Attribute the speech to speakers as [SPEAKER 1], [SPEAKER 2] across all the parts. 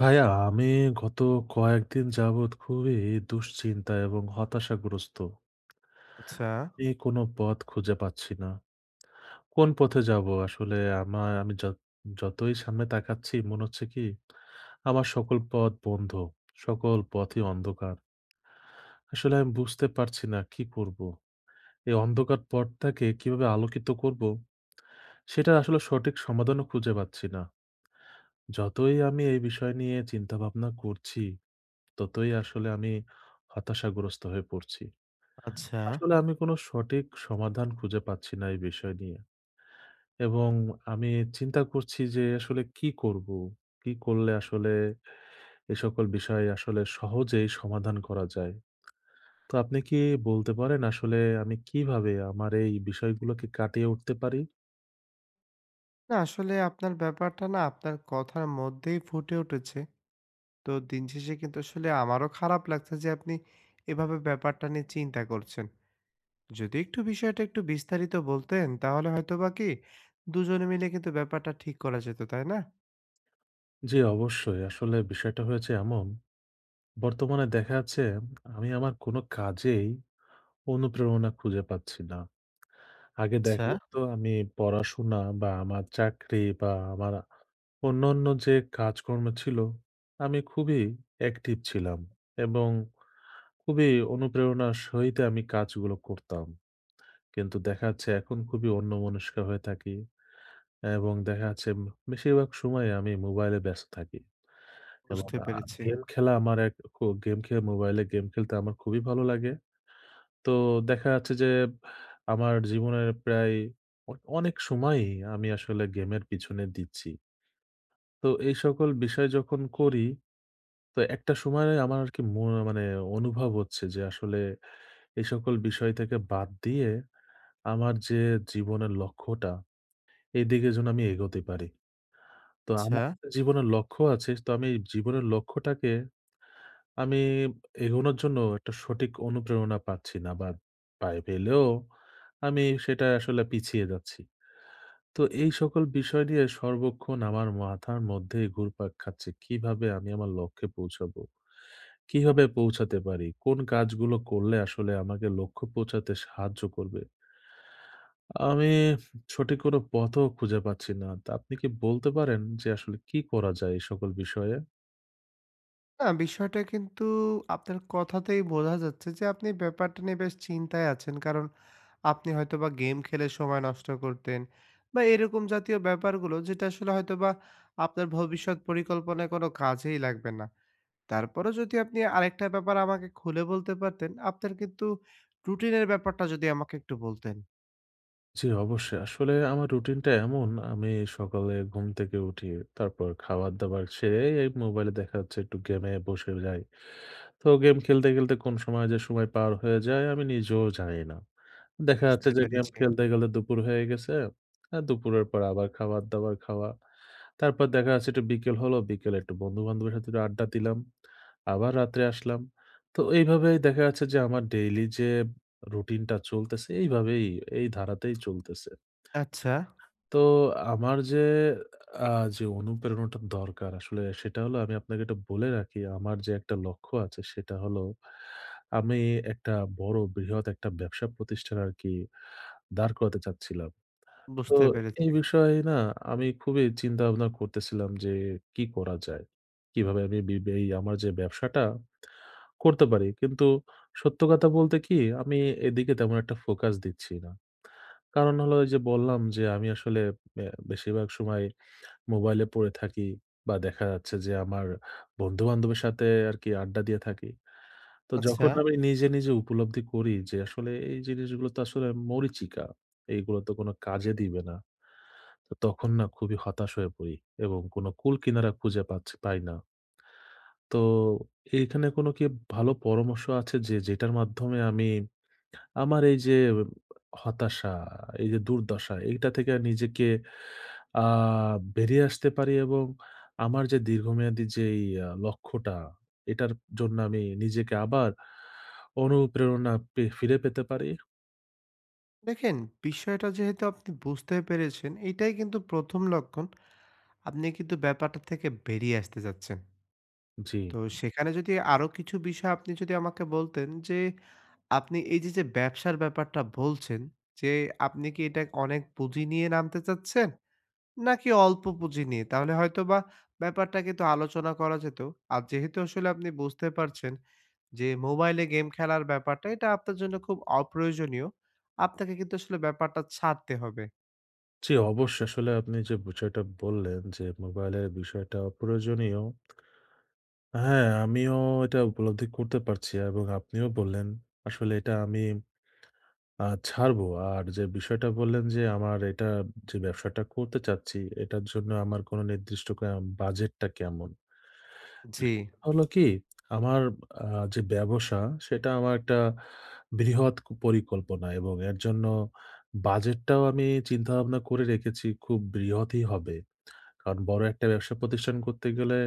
[SPEAKER 1] ভাইয়া আমি গত কয়েকদিন যাবৎ খুবই দুশ্চিন্তা এবং হতাশাগ্রস্ত।
[SPEAKER 2] আচ্ছা,
[SPEAKER 1] আমি কোনো পথ খুঁজে পাচ্ছি না। কোন পথে যাবো? আসলে আমি যতই সামনে তাকাচ্ছি মনে হচ্ছে কি আমার সকল পথ বন্ধ। সকল পথই অন্ধকার। আসলে আমি বুঝতে পারছি না কি করবো? এই অন্ধকার পথটাকে কিভাবে আলোকিত করবো? সেটার আসলে সঠিক সমাধানও খুঁজে পাচ্ছি না। যতই আমি এই বিষয় নিয়ে চিন্তাভাবনা করছি ততই আসলে আমি হতাশাগ্রস্ত হয়ে পড়ছি।
[SPEAKER 2] আচ্ছা।
[SPEAKER 1] আসলে আমি কোনো সঠিক সমাধান খুঁজে পাচ্ছি না এই বিষয় নিয়ে। এবং আমি চিন্তা করছি যে আসলে কি করব? কি করলে আসলে এ সকল বিষয় আসলে সহজেই সমাধান করা যায়? তো আপনি কি বলতে পারেন আসলে আমি কিভাবে আমার এই বিষয়গুলোকে কাটিয়ে উঠতে পারি?
[SPEAKER 2] না আসলে আপনার ব্যাপারটা না আপনার কথার মধ্যেই ফুটে উঠেছে। তো দিন শেষে কিন্তু আসলে আমারও খারাপ লাগছে যে আপনি এভাবে ব্যাপারটা নিয়ে চিন্তা করছেন। যদি একটু বিষয়টা একটু বিস্তারিত বলতেন তাহলে হয়তোবা কি ২ জনে মিলে কিন্তু ব্যাপারটা ঠিক করা যেত, তাই না?
[SPEAKER 1] জি, অবশ্যই। আসলে বিষয়টা হয়েছে এমন, বর্তমানে দেখা যাচ্ছে আমি আমার কোনো কাজেই অনুপ্রেরণা খুঁজে পাচ্ছি না। আগে
[SPEAKER 2] আচ্ছা,
[SPEAKER 1] দেখা যেত আমি পড়াশোনা বা আমার চাকরি বা আমার অন্যান্য যে কাজকর্ম ছিল, আমি খুবই অ্যাক্টিভ ছিলাম এবং খুবই অনুপ্রেরণার সহিত আমি কাজগুলো করতাম। কিন্তু দেখা যাচ্ছে এখন খুবই অন্যমনস্ক হয়ে থাকি এবং দেখা যাচ্ছে বেশিরভাগ সময়ে আমি মোবাইলে ব্যস্ত থাকি এবং
[SPEAKER 2] বুঝতে পেরেছি।
[SPEAKER 1] গেম খেলা আমার এক খু গেম খেলে মোবাইলে গেম খেলতে আমার খুবই ভালো লাগে। তো দেখা যাচ্ছে যে আমার জীবনের প্রায় অ অনেক সময়ই আমি আসলে গেমের পিছনে দিচ্ছি। তো এই সকল বিষয় যখন করি, তো একটা সময়ে আমার আরকি মানে অনুভব হচ্ছে যে আসলে এই সকল বিষয় থেকে বাদ দিয়ে আমার যে জীবনের লক্ষ্যটা, এদিকে যেন আমি এগোতে পারি। তো
[SPEAKER 2] আচ্ছা।
[SPEAKER 1] আমার একটা জীবনের লক্ষ্য আছে, তো আমি এই জীবনের লক্ষ্যটাকে আমি এগোনোর জন্য একটা সঠিক অনুপ্রেরণা পাচ্ছি না বা পেলেও আমি সেটা আসলে পিছিয়ে যাচ্ছি। তো এই সকল বিষয় নিয়ে সর্বক্ষণ আমার মাথার মধ্যেই ঘুরপাক খাচ্ছে। কিভাবে আমি আমার লক্ষ্যে পৌঁছাবো? কিভাবে পৌঁছাতে পারি? কোন কাজগুলো করলে আসলে আমাকে লক্ষ্য পৌঁছাতে সাহায্য করবে? আমি সঠিক কোনো পথও খুঁজে পাচ্ছি না। তা আপনি কি বলতে পারেন যে আসলে কি করা যায় এই সকল বিষয়ে?
[SPEAKER 2] না, বিষয়টা কিন্তু আপনার কথাতেই বোঝা যাচ্ছে যে আপনি ব্যাপারটা নিয়ে বেশ চিন্তায় আছেন। কারণ আপনি হয়তোবা গেম খেলে সময় নষ্ট করতেন বা এরকম জাতীয় ব্যাপারগুলো যেটা আসলে হয়তোবা আপনার ভবিষ্যৎ পরিকল্পনায় কোনো কাজেই লাগবে না। তারপরেও যদি আপনি আরেকটা ব্যাপার আমাকে খুলে বলতে পারতেন, আপনার কিন্তু রুটিনের ব্যাপারটা যদি আমাকে একটু বলতেন।
[SPEAKER 1] জি, অবশ্যই। আসলে আমার রুটিনটা এমন, আমি সকালে ঘুম থেকে উঠি। তারপর খাবার-দাবার সেরে এই মোবাইলে দেখা যাচ্ছে একটু গেমে বসে যাই। তো গেম খেলতে, খেলতে কোন সময় যে সময় পার হয়ে যায় আমি নিজেও জানি না। দেখা
[SPEAKER 2] বুঝতে
[SPEAKER 1] যাচ্ছে যে গেম
[SPEAKER 2] পেরেছি।
[SPEAKER 1] খেলতে গেলে দুপুর হয়ে গেছে। দুপুরের পর আবার খাবার-দাবার খাওয়া। তারপর দেখা যাচ্ছে একটু বিকেল হলো, বিকেলে একটু বন্ধু-বান্ধবের সাথে একটু আড্ডা দিলাম। আবার রাত্রে আসলাম। তো এইভাবেই দেখা যাচ্ছে যে আমার ডেইলি যে রুটিনটা চলতেছে এইভাবেই, এই ধারাতেই চলতেছে।
[SPEAKER 2] আচ্ছা,
[SPEAKER 1] তো আমার আ যে অনুপ্রেরণাটা দরকার আসলে সেটা হলো, আমি আপনাকে এটা বলে রাখি আমার যে একটা লক্ষ্য আছে সেটা হলো আমি একটা বড় বৃহৎ একটা ব্যবসা প্রতিষ্ঠান আরকি দাঁড় করাতে চাচ্ছিলাম। তো
[SPEAKER 2] বুঝতে পেরেছি।
[SPEAKER 1] এই বিষয়ে না আমি খুবই চিন্তা-ভাবনা করতেছিলাম যে কি করা যায়? কিভাবে আমি এই আমার যে ব্যবসাটা করতে পারি। কিন্তু সত্য কথা বলতে কি আমি এদিকে তেমন একটা ফোকাস দিচ্ছি না। কারণ হলো ওই যে বললাম যে আমি আসলে বেশিরভাগ সময় মোবাইলে পড়ে থাকি বা দেখা যাচ্ছে যে আমার বন্ধু-বান্ধবের সাথে আরকি আড্ডা দিয়ে থাকি। তো হু,
[SPEAKER 2] আচ্ছা,
[SPEAKER 1] যখন হু। আমি নিজে, নিজে উপলব্ধি করি যে আসলে এই জিনিসগুলো তো আসলে মরীচিকা। এইগুলো তো কোনো কাজে দিবে না। তো তখন না খুবই হতাশ হয়ে পড়ি এবং কোনো কূল কিনারা খুঁজে পাই না। তো এইখানে কোনো কি ভালো পরামর্শ আছে যেটার মাধ্যমে আমি আমার এই যে হতাশা, এই যে দুর্দশা এইটা থেকে নিজেকে আ বেরিয়ে আসতে পারি এবং আমার যে দীর্ঘমেয়াদী যেই লক্ষ্যটা, এটার জন্য আমি নিজেকে আবার অনুপ্রেরণা ফিরে পেতে পারি?
[SPEAKER 2] দেখেন বিষয়টা যেহেতু আপনি বুঝতে পেরেছেন, এটাই কিন্তু ১ম লক্ষণ। আপনি কিন্তু ব্যাপারটা থেকে বেরিয়ে আসতে চাচ্ছেন।
[SPEAKER 1] জি।
[SPEAKER 2] তো সেখানে যদি আরো কিছু বিষয় আপনি যদি আমাকে বলতেন যে, আপনি এই যে, ব্যবসার ব্যাপারটা বলছেন যে, আপনি কি এটা অনেক পুঁজি নিয়ে নামতে চাচ্ছেন? নাকি অল্প পুঁজি নিয়ে? তাহলে হয়তোবা ব্যাপারটা কিন্তু আলোচনা করা যেত। আর যেহেতু আসলে আপনি বুঝতে পারছেন যে, মোবাইলে গেম খেলার ব্যাপারটা এটা আপনার জন্য খুব অপ্রয়োজনীয়। আপনাকে কিন্তু আসলে ব্যাপারটা ছাড়তে হবে।
[SPEAKER 1] জি, অবশ্যই। আসলে আপনি যে বিষয়টা বললেন যে মোবাইলের বিষয়টা অপ্রয়োজনীয়। হ্যাঁ, আমিও এটা উপলব্ধি করতে পারছি এবং আপনিও বললেন, আসলে এটা আমি আ ছাড়বো। আর যে বিষয়টা বললেন যে আমার এটা যে ব্যবসাটা করতে চাচ্ছি, এটার জন্য আমার কোনো নির্দিষ্ট বাজেটটা কেমন?
[SPEAKER 2] জি,
[SPEAKER 1] বিষয়টা হলো কি, আমার আ যে ব্যবসা, সেটা আমার একটা বৃহৎ পরিকল্পনা এবং এর জন্য বাজেটটাও আমি চিন্তাভাবনা করে রেখেছি, খুব বৃহৎই হবে। কারণ বড় একটা ব্যবসা প্রতিষ্ঠান করতে গেলে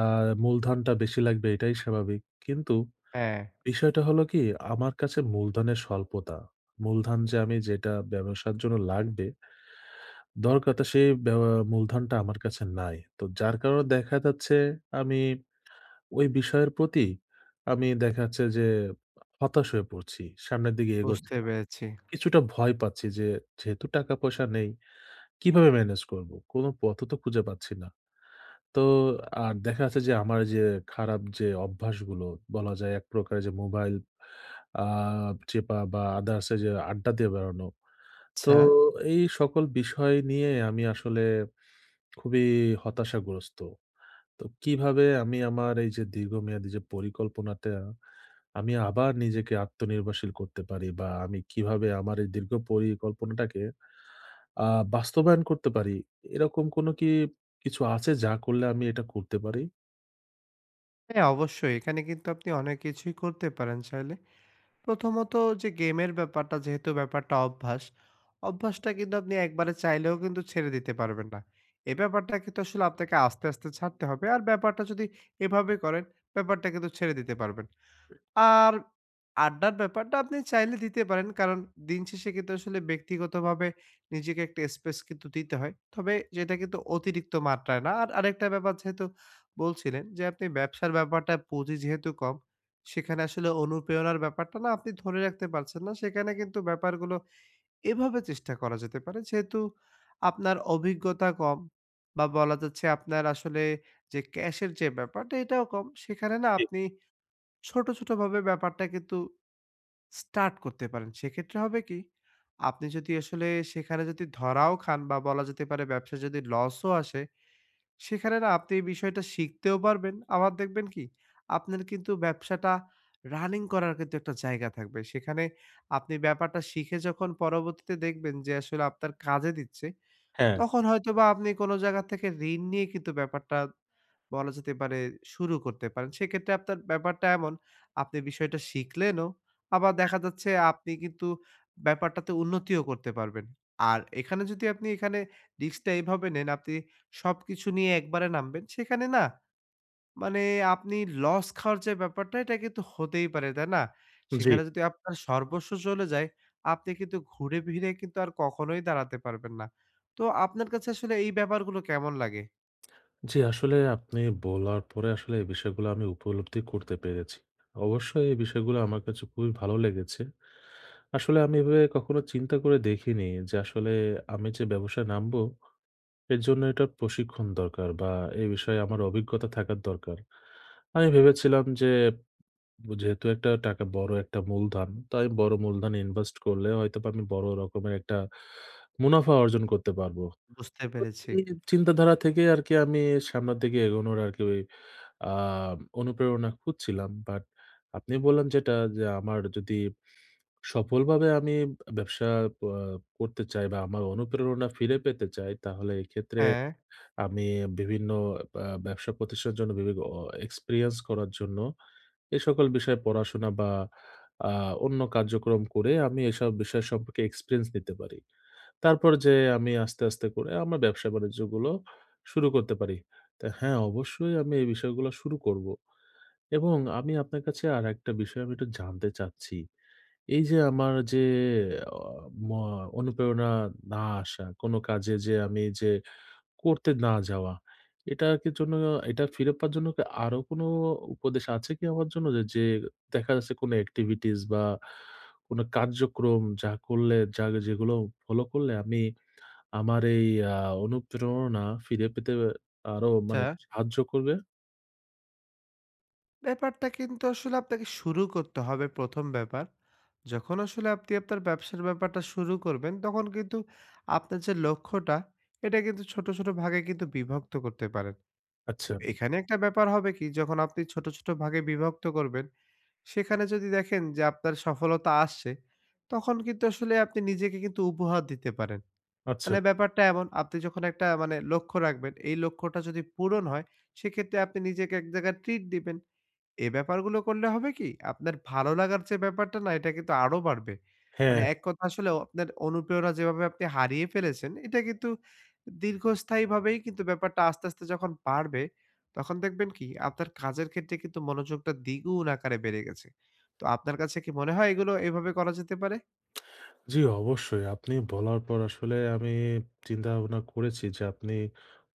[SPEAKER 1] আ মূলধনটা বেশি লাগবে এটাই স্বাভাবিক। কিন্তু
[SPEAKER 2] হ্যাঁ,
[SPEAKER 1] বিষয়টা হলো কি, আমার কাছে মূলধনের স্বল্পতা। মূলধন যে আমি যেটা ব্যবসার জন্য লাগবে, দরকারটা সেই মূলধনটা আমার কাছে নাই। তো যার কারণে দেখা যাচ্ছে আমি ওই বিষয়ের প্রতি আমি দেখা যাচ্ছে যে হতাশ হয়ে পড়ছি। সামনের দিকে এগোচ্ছি
[SPEAKER 2] বুঝতে
[SPEAKER 1] না।
[SPEAKER 2] পেরেছি।
[SPEAKER 1] কিছুটা ভয় পাচ্ছি যে যেহেতু টাকা পয়সা নেই, কিভাবে মেনেজ করব? কোন পথও তো খুঁজে পাচ্ছি না। তো আর দেখা যাচ্ছে যে আমার যে খারাপ যে অভ্যাসগুলো, বলা যায় এক প্রকারের যে মোবাইল আ চেপা বা others এ যে আড্ডা দিয়ে বেড়ানো। তো
[SPEAKER 2] আচ্ছা,
[SPEAKER 1] এই সকল বিষয় নিয়ে আমি আসলে খুবই হতাশাগ্রস্ত। তো কিভাবে আমি আমার এই যে দীর্ঘমেয়াদী যে পরিকল্পনাটা আমি আবার নিজেকে আত্মনির্ভরশীল করতে পারি বা আমি কিভাবে আমার এই দীর্ঘ পরিকল্পনাটাকে আ বাস্তবায়ন করতে পারি, এরকম কোনো কি কিছু আছে যা করলে আমি এটা করতে পারি?
[SPEAKER 2] হ্যাঁ, অবশ্যই। এখানে কিন্তু আপনি অনেক কিছুই করতে পারেন চাইলে। প্রথমত যে গেমের ব্যাপারটা যেহেতু ব্যাপারটা অভ্যাস, অভ্যাসটা কিন্তু আপনি একবারে চাইলেও কিন্তু ছেড়ে দিতে পারবেন না। এ ব্যাপারটা কিন্তু আসলে আপনাকে আস্তে, আস্তে ছাড়তে হবে। আর ব্যাপারটা যদি এভাবে করেন, ব্যাপারটা কিন্তু ছেড়ে দিতে পারবেন। আর আড্ডার ব্যাপারটা আপনি চাইলে দিতে পারেন। কারণ দিন শেষে কিন্তু আসলে ব্যক্তিগতভাবে নিজেকে একটা স্পেস কিন্তু দিতে হয়। তবে যেটা কিন্তু অতিরিক্ত মাত্রায় না। আর আরেকটা ব্যাপার যেহেতু বলছিলেন যে আপনি ব্যবসার ব্যাপারটা পুঁজি যেহেতু কম, সেখানে আসলে অনুপ্রেরণার ব্যাপারটা না আপনি ধরে রাখতে পারছেন না। সেখানে কিন্তু ব্যাপারগুলো এভাবে চেষ্টা করা যেতে পারে। যেহেতু আপনার অভিজ্ঞতা কম বা বলা যাচ্ছে আপনার আসলে যে ক্যাশের যে ব্যাপারটা এটাও কম। সেখানে না
[SPEAKER 1] জি,
[SPEAKER 2] আপনি ছোট, ছোটভাবে ব্যাপারটা কিন্তু স্টার্ট করতে পারেন। সেক্ষেত্রে হবে কি? আপনি যদি আসলে সেখানে যদি ধরাও খান বা বলা যেতে পারে ব্যবসায় যদি লসও আসে, সেখানে না আপনি এই বিষয়টা শিখতেও পারবেন। আবার দেখবেন কি? আপনার কিন্তু ব্যবসাটা রানিং করার কিন্তু একটা জায়গা থাকবে। সেখানে আপনি ব্যাপারটা শিখে যখন পরবর্তীতে দেখবেন যে আসলে আপনার কাজে দিচ্ছে,
[SPEAKER 1] হ্যাঁ।
[SPEAKER 2] তখন হয়তোবা আপনি কোনো জায়গা থেকে ঋণ নিয়ে কিন্তু ব্যাপারটা বলা যেতে পারে শুরু করতে পারেন। সেক্ষেত্রে আপনার ব্যাপারটা এমন, আপনি বিষয়টা শিখলেনও, আবার দেখা যাচ্ছে আপনি কিন্তু ব্যাপারটাতে উন্নতিও করতে পারবেন। আর এখানে যদি আপনি এখানে রিস্কটা এভাবে নেন, আপনি সবকিছু নিয়ে একবারে নামবেন, সেখানে না মানে আপনি লস খাওয়ার যে ব্যাপারটা, এটা কিন্তু হতেই পারে, তাই না?
[SPEAKER 1] জি।
[SPEAKER 2] সেখানে যদি আপনার সর্বস্ব চলে যায়, আপনি কিন্তু ঘুরে ফিরে কিন্তু আর কখনোই দাঁড়াতে পারবেন না। তো আপনার কাছে আসলে এই ব্যাপারগুলো কেমন লাগে?
[SPEAKER 1] জি, আসলে আপনি বলার পরে আসলে এই বিষয়গুলো আমি উপলব্ধি করতে পেরেছি। অবশ্যই এই বিষয়গুলো আমার কাছে খুবই ভালো লেগেছে। আসলে আমি এভাবে কখনো চিন্তা করে দেখিনি যে আসলে আমি যে ব্যবসায় নামবো এর জন্য এটার প্রশিক্ষণ দরকার বা এই বিষয়ে আমার অভিজ্ঞতা থাকার দরকার। আমি ভেবেছিলাম যে যেহেতু একটা টাকা বড় একটা মূলধন, তো আমি বড় মূলধন ইনভেস্ট করলে হয়তোবা আমি বড় রকমের একটা মুনাফা অর্জন করতে পারবো।
[SPEAKER 2] বুঝতে পেরেছি।
[SPEAKER 1] এই চিন্তাধারা থেকে আরকি আমি সামনের দিকে এগোনোর আরকি ওই আ অনুপ্রেরণা খুঁজছিলাম। বাট আপনি বললেন যেটা যে আমার যদি সফলভাবে আমি ব্যবসা আ করতে চাই বা আমার অনুপ্রেরণা ফিরে পেতে চাই তাহলে এক্ষেত্রে
[SPEAKER 2] হ্যাঁ।
[SPEAKER 1] আমি বিভিন্ন ব্যবসা প্রতিষ্ঠানের জন্য বিভি অ এক্সপেরিয়েন্স করার জন্য এ সকল বিষয়ে পড়াশোনা বা আ অন্য কার্যক্রম করে আমি এসব বিষয় সম্পর্কে এক্সপেরিয়েন্স নিতে পারি। তারপর যেয়ে আমি আস্তে, আস্তে করে আমার ব্যবসা-বাণিজ্যগুলো শুরু করতে পারি। তো হ্যাঁ, অবশ্যই আমি এই বিষয়গুলো শুরু করব। এবং আমি আপনার কাছে আরেকটা বিষয় আমি একটু জানতে চাচ্ছি। এই যে আমার যে অ ম অনুপ্রেরণা না আসা, কোন কাজে যে আমি যে করতে না যাওয়া, এটার কি জন্য, এটা ফিরে পাওয়ার জন্য কি আরো কোন উপদেশ আছে কি আমার জন্য? যে দেখা যাচ্ছে কোন এক্টিভিটিস বা কোন কার্যক্রম যা করলে যা যেগুলো ফলো করলে আমি আমার এই আ অনুপ্রেরণা ফিরে পেতে আরো
[SPEAKER 2] আচ্ছা।
[SPEAKER 1] মানে সাহায্য করবে?
[SPEAKER 2] ব্যাপারটা কিন্তু আসলে আপনাকে শুরু করতে হবে প্রথম ব্যাপার। যখন আসলে আপনি আপনার ব্যবসার ব্যাপারটা শুরু করবেন, তখন কিন্তু আপনার যে লক্ষ্যটা, এটা কিন্তু ছোট, ছোট ভাগে কিন্তু বিভক্ত করতে পারেন। তো
[SPEAKER 1] আচ্ছা,
[SPEAKER 2] এখানে একটা ব্যাপার হবে কি, যখন আপনি ছোট, ছোট ভাগে বিভক্ত করবেন, সেখানে যদি দেখেন যে আপনার সফলতা আসছে, তখন কিন্তু আসলে আপনি নিজেকে কিন্তু উপহার দিতে পারেন।
[SPEAKER 1] আচ্ছা।
[SPEAKER 2] মানে ব্যাপারটা এমন, আপনি যখন একটা মানে লক্ষ্য রাখবেন, এই লক্ষ্যটা যদি পূরণ হয়, সেক্ষেত্রে আপনি নিজেকে এক জায়গায় ট্রিট দিবেন। এ ব্যাপারগুলো করলে হবে কি? আপনার ভালো লাগার যে ব্যাপারটা না এটা কিন্তু আরো বাড়বে। মানে
[SPEAKER 1] হ্যাঁ,
[SPEAKER 2] এক কথা আসলে আপনার অনুপ্রেরণা যেভাবে আপনি হারিয়ে ফেলেছেন, এটা কিন্তু দীর্ঘস্থায়ীভাবেই কিন্তু ব্যাপারটা আস্তে, আস্তে যখন বাড়বে, তখন দেখবেন কি আপনার কাজের ক্ষেত্রে কিন্তু মনোযোগটা দ্বিগুণ আকারে বেড়ে গেছে। তো আপনার কাছে কি মনে হয় এগুলো এভাবে করা যেতে পারে?
[SPEAKER 1] জি, অবশ্যই। আপনি বলার পর আসলে আমি চিন্তা-ভাবনা করেছি যে আপনি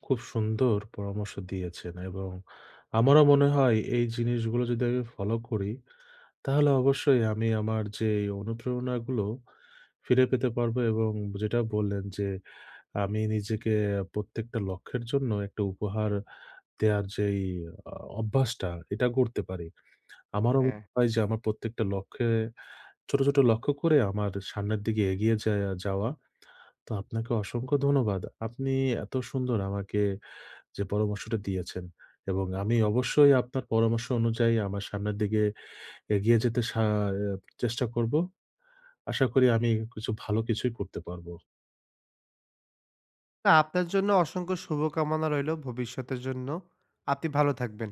[SPEAKER 1] খুব সুন্দর পরামর্শ দিয়েছেন এবং আমারও মনে হয় এই জিনিসগুলো যদি আমি ফলো করি, তাহলে অবশ্যই আমি আমার যে এই অনুপ্রেরণাগুলো ফিরে পেতে পারবো এবং যেটা বললেন যে আমি নিজেকে প্রত্যেকটা লক্ষ্যের জন্য একটা উপহার দেয়ার যেই আ অভ্যাসটা, এটা গড়তে পারি। আমারও
[SPEAKER 2] হ্যাঁ।
[SPEAKER 1] মনে হয় যে আমার প্রত্যেকটা লক্ষ্যে ছোট, ছোট লক্ষ্য করে আমার সামনের দিকে এগিয়ে যাওয়া। তো আপনাকে অসংখ্য ধন্যবাদ। আপনি এত সুন্দর আমাকে যে পরামর্শটা দিয়েছেন এবং আমি অবশ্যই আপনার পরামর্শ অনুযায়ী আমার সামনের দিকে এগিয়ে যেতে চেষ্টা করব। আশা করি আমি কিছু ভালো কিছুই করতে পারব।
[SPEAKER 2] না আপনার জন্য অসংখ্য শুভকামনা রইলো ভবিষ্যতের জন্য। আপনি ভালো থাকবেন।